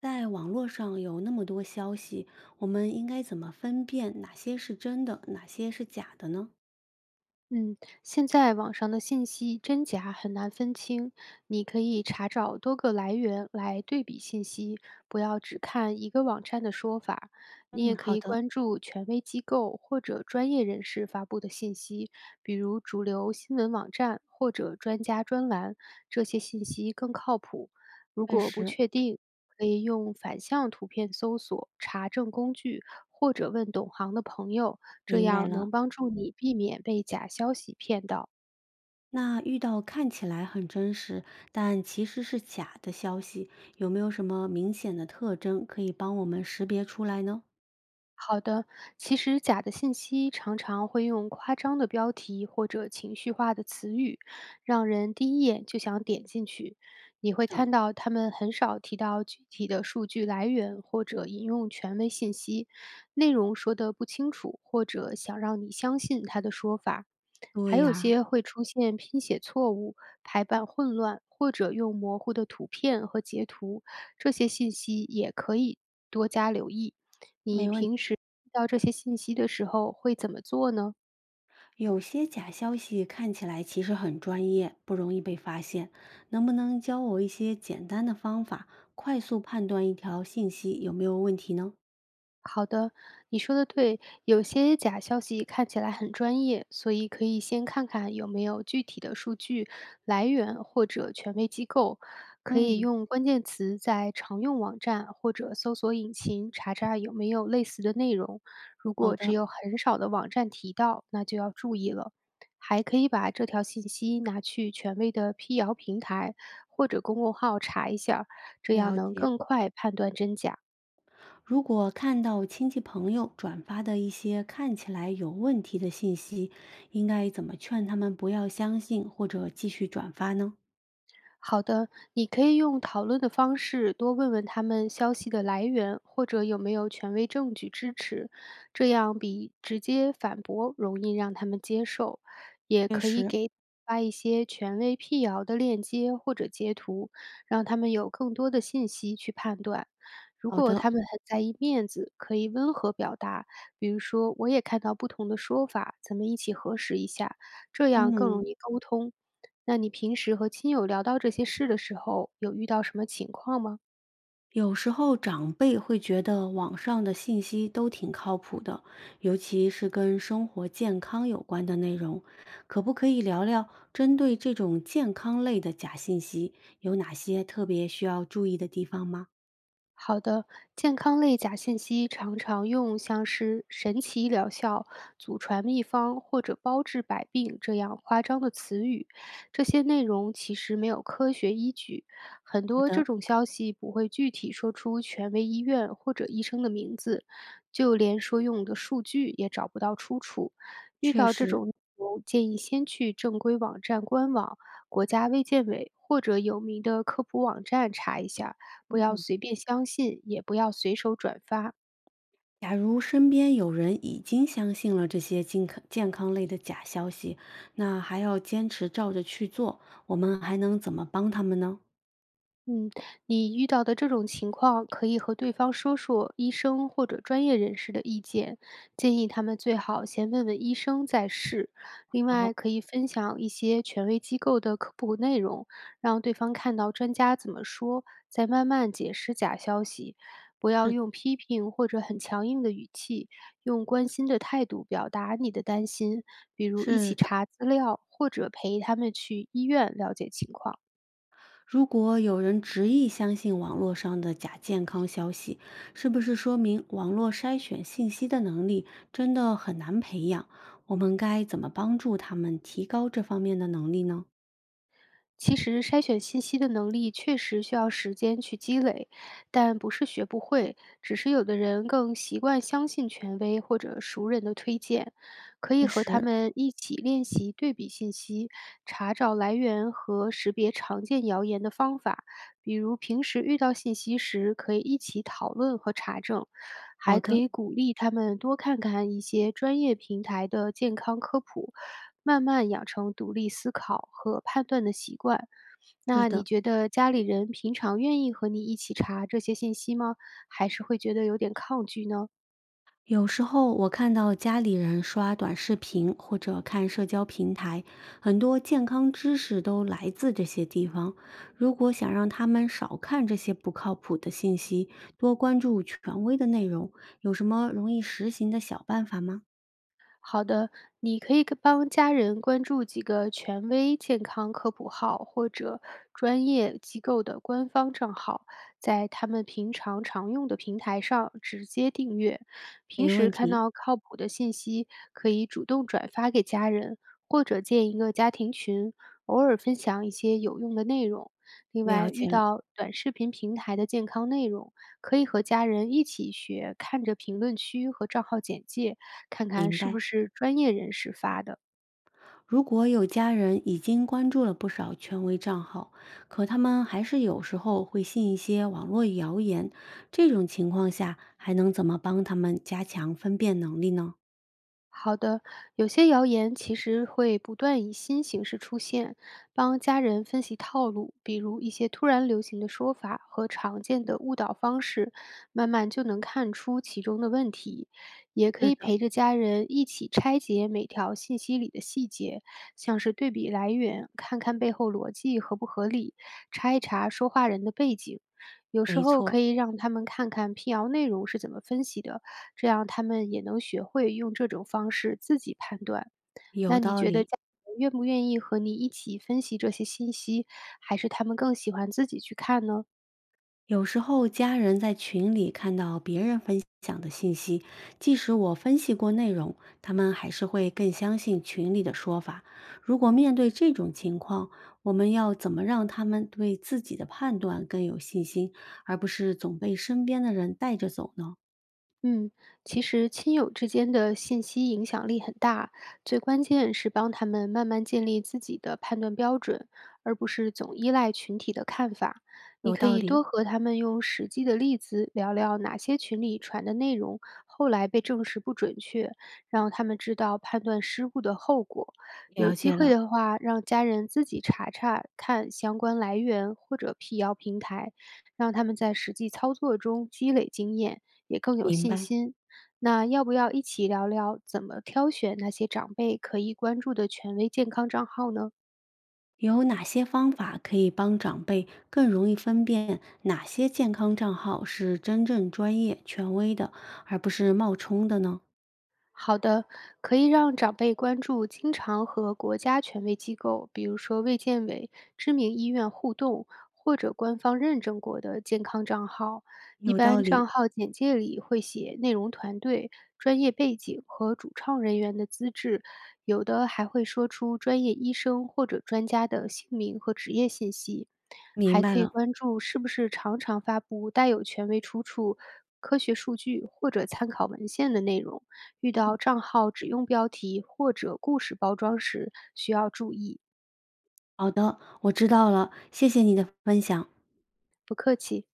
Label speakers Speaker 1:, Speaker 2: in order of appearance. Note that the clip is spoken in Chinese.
Speaker 1: 在网络上有那么多消息，我们应该怎么分辨哪些是真的，哪些是假的呢？
Speaker 2: 嗯，现在网上的信息真假很难分清，你可以查找多个来源来对比信息，不要只看一个网站的说法。你
Speaker 1: 嗯，
Speaker 2: 也可
Speaker 1: 好
Speaker 2: 以
Speaker 1: 的，
Speaker 2: 关注权威机构或者专业人士发布的信息，比如主流新闻网站或者专家专栏，这些信息更靠谱。如
Speaker 1: 确
Speaker 2: 果不
Speaker 1: 实，
Speaker 2: 确定，可以用反向图片搜索、查证工具，或者问懂行的朋友。这
Speaker 1: 明白
Speaker 2: 样能
Speaker 1: 了。
Speaker 2: 帮助你避免被假消息骗到。
Speaker 1: 那遇到看起来很真实，但其实是假的消息，有没有什么明显的特征可以帮我们识别出来呢？
Speaker 2: 好的，其实假的信息常常会用夸张的标题或者情绪化的词语，让人第一眼就想点进去。你
Speaker 1: 是
Speaker 2: 会
Speaker 1: 的，
Speaker 2: 看到他们很少提到具体的数据来源或者引用权威信息，内容说的不清楚，或者想让你相信他的说法。还
Speaker 1: 对
Speaker 2: 有
Speaker 1: 呀，
Speaker 2: 些会出现拼写错误、排版混乱，或者用模糊的图片和截图，这些信息也可以多加留意。你
Speaker 1: 没问
Speaker 2: 平
Speaker 1: 题。
Speaker 2: 时遇到这些信息的时候会怎么做呢？
Speaker 1: 有些假消息看起来其实很专业，不容易被发现。能不能教我一些简单的方法，快速判断一条信息有没有问题呢？
Speaker 2: 好的，你说的对，有些假消息看起来很专业，所以可以先看看有没有具体的数据来源或者权威机构，可以
Speaker 1: 嗯，
Speaker 2: 用关键词在常用网站或者搜索引擎查查有没有类似的内容。如
Speaker 1: 好
Speaker 2: 果只
Speaker 1: 的，
Speaker 2: 有很少的网站提到，那就要注意了。还可以把这条信息拿去权威的辟谣平台或者公众号查一下这样
Speaker 1: 了
Speaker 2: 能
Speaker 1: 解。
Speaker 2: 更快判断真假。
Speaker 1: 如果看到亲戚朋友转发的一些看起来有问题的信息，应该怎么劝他们不要相信或者继续转发呢？
Speaker 2: 好的，你可以用讨论的方式多问问他们消息的来源，或者有没有权威证据支持，这样比直接反驳容易让他们接受。也
Speaker 1: 确
Speaker 2: 可以
Speaker 1: 实，
Speaker 2: 给发一些权威辟谣的链接或者截图，让他们有更多的信息去判断。如
Speaker 1: 好
Speaker 2: 果
Speaker 1: 的，
Speaker 2: 他们很在意面子，可以温和表达，比如说“我也看到不同的说法，咱们一起核实一下”，这样更容
Speaker 1: 嗯，
Speaker 2: 易沟通。那你平时和亲友聊到这些事的时候，有遇到什么情况吗？
Speaker 1: 有时候长辈会觉得网上的信息都挺靠谱的，尤其是跟生活健康有关的内容，可不可以聊聊针对这种健康类的假信息，有哪些特别需要注意的地方吗？
Speaker 2: 好的，健康类假信息常常用像是“神奇疗效”“祖传秘方”或者“包治百病”这样夸张的词语，这些内容其实没有科学依据。很多这种消息不会具体说出权威医院或者医生的名字，就连说用的数据也找不到出处。遇
Speaker 1: 确
Speaker 2: 到这
Speaker 1: 实，
Speaker 2: 种内容，建议先去正规网站官网、国家卫健委或者有名的科普网站查一下。不要
Speaker 1: 嗯。
Speaker 2: 随便相信，也不要随手转发。
Speaker 1: 假如身边有人已经相信了这些健康类的假消息，那还要坚持照着去做，我们还能怎么帮他们呢？
Speaker 2: 嗯，你遇到的这种情况，可以和对方说说医生或者专业人士的意见，建议他们最好先问问医生再试。另外，
Speaker 1: 哦，
Speaker 2: 可以分享一些权威机构的科普内容，让对方看到专家怎么说，再慢慢解释假消息。不要
Speaker 1: 是的，
Speaker 2: 用批评或者很强硬的语气，用关心的态度表达你的担心，比如一
Speaker 1: 是
Speaker 2: 起
Speaker 1: 的，
Speaker 2: 查资料，或者陪他们去医院了解情况。
Speaker 1: 如果有人执意相信网络上的假健康消息，是不是说明网络筛选信息的能力真的很难培养？我们该怎么帮助他们提高这方面的能力呢？
Speaker 2: 其实筛选信息的能力确实需要时间去积累，但不是学不会，只是有的人更习惯相信权威或者熟人的推荐，可以
Speaker 1: 确
Speaker 2: 和他
Speaker 1: 实，
Speaker 2: 们一起练习对比信息，查找来源和识别常见谣言的方法。比如平时遇到信息时，可以一起讨论和查证，
Speaker 1: 好
Speaker 2: 还可
Speaker 1: 的。
Speaker 2: 以鼓励他们多看看一些专业平台的健康科普，慢慢养成独立思考和判断的习惯。
Speaker 1: 是
Speaker 2: 那你
Speaker 1: 的，
Speaker 2: 觉得家里人平常愿意和你一起查这些信息吗？还是会觉得有点抗拒呢？
Speaker 1: 有时候我看到家里人刷短视频或者看社交平台，很多健康知识都来自这些地方。如果想让他们少看这些不靠谱的信息，多关注权威的内容，有什么容易实行的小办法吗？
Speaker 2: 好的，你可以跟帮家人关注几个权威健康科普号或者专业机构的官方账号，在他们平常常用的平台上直接订阅。平
Speaker 1: 没
Speaker 2: 时
Speaker 1: 问
Speaker 2: 看
Speaker 1: 题，
Speaker 2: 到靠谱的信息，可以主动转发给家人，或者建一个家庭群，偶尔分享一些有用的内容。另
Speaker 1: 了
Speaker 2: 外，遇
Speaker 1: 解了，
Speaker 2: 到短视频平台的健康内容，可以和家人一起学，看着评论区和账号简介，看看
Speaker 1: 明
Speaker 2: 是
Speaker 1: 白。
Speaker 2: 不是专业人士发的。
Speaker 1: 如果有家人已经关注了不少权威账号，可他们还是有时候会信一些网络谣言，这种情况下还能怎么帮他们加强分辨能力呢？
Speaker 2: 好的，有些谣言其实会不断以新形式出现，帮家人分析套路，比如一些突然流行的说法和常见的误导方式，慢慢就能看出其中的问题。也可
Speaker 1: 是
Speaker 2: 以
Speaker 1: 的，
Speaker 2: 陪着家人一起拆解每条信息里的细节，像是对比来源，看看背后逻辑合不合理，查一查说话人的背景。有时
Speaker 1: 没
Speaker 2: 候
Speaker 1: 错。
Speaker 2: 可以让他们看看辟谣内容是怎么分析的，这样他们也能学会用这种方式自己判断。那
Speaker 1: 有
Speaker 2: 你
Speaker 1: 道
Speaker 2: 觉得
Speaker 1: 理，
Speaker 2: 家人愿不愿意和你一起分析这些信息，还是他们更喜欢自己去看呢？
Speaker 1: 有时候家人在群里看到别人分享的信息，即使我分析过内容，他们还是会更相信群里的说法。如果面对这种情况，我们要怎么让他们对自己的判断更有信心，而不是总被身边的人带着走呢？
Speaker 2: 嗯，其实亲友之间的信息影响力很大，最关键是帮他们慢慢建立自己的判断标准，而不是总依赖群体的看法。你
Speaker 1: 有
Speaker 2: 可
Speaker 1: 道
Speaker 2: 以
Speaker 1: 理，
Speaker 2: 多和他们用实际的例子聊聊哪些群里传的内容后来被证实不准确，让他们知道判断失误的后果。有
Speaker 1: 了
Speaker 2: 机
Speaker 1: 解
Speaker 2: 会
Speaker 1: 了，
Speaker 2: 的话，让家人自己查查看相关来源或者辟谣平台，让他们在实际操作中积累经验。也更有
Speaker 1: 明
Speaker 2: 信
Speaker 1: 白。
Speaker 2: 心。那要不要一起聊聊怎么挑选那些长辈可以关注的权威健康账号呢？
Speaker 1: 有哪些方法可以帮长辈更容易分辨哪些健康账号是真正专业权威的，而不是冒充的呢？
Speaker 2: 好的，可以让长辈关注经常和国家权威机构，比如说卫健委、知名医院互动，或者官方认证过的健康账号。一
Speaker 1: 有道
Speaker 2: 般
Speaker 1: 理，
Speaker 2: 账号简介里会写内容团队、专业背景和主创人员的资质，有的还会说出专业医生或者专家的姓名和职业信息。
Speaker 1: 明
Speaker 2: 还
Speaker 1: 白
Speaker 2: 可以
Speaker 1: 了。
Speaker 2: 关注是不是常常发布带有权威出处、科学数据或者参考文献的内容。遇到账号只用标题或者故事包装时，需要注意。
Speaker 1: 好的，我知道了，谢谢你的分享。
Speaker 2: 不客气。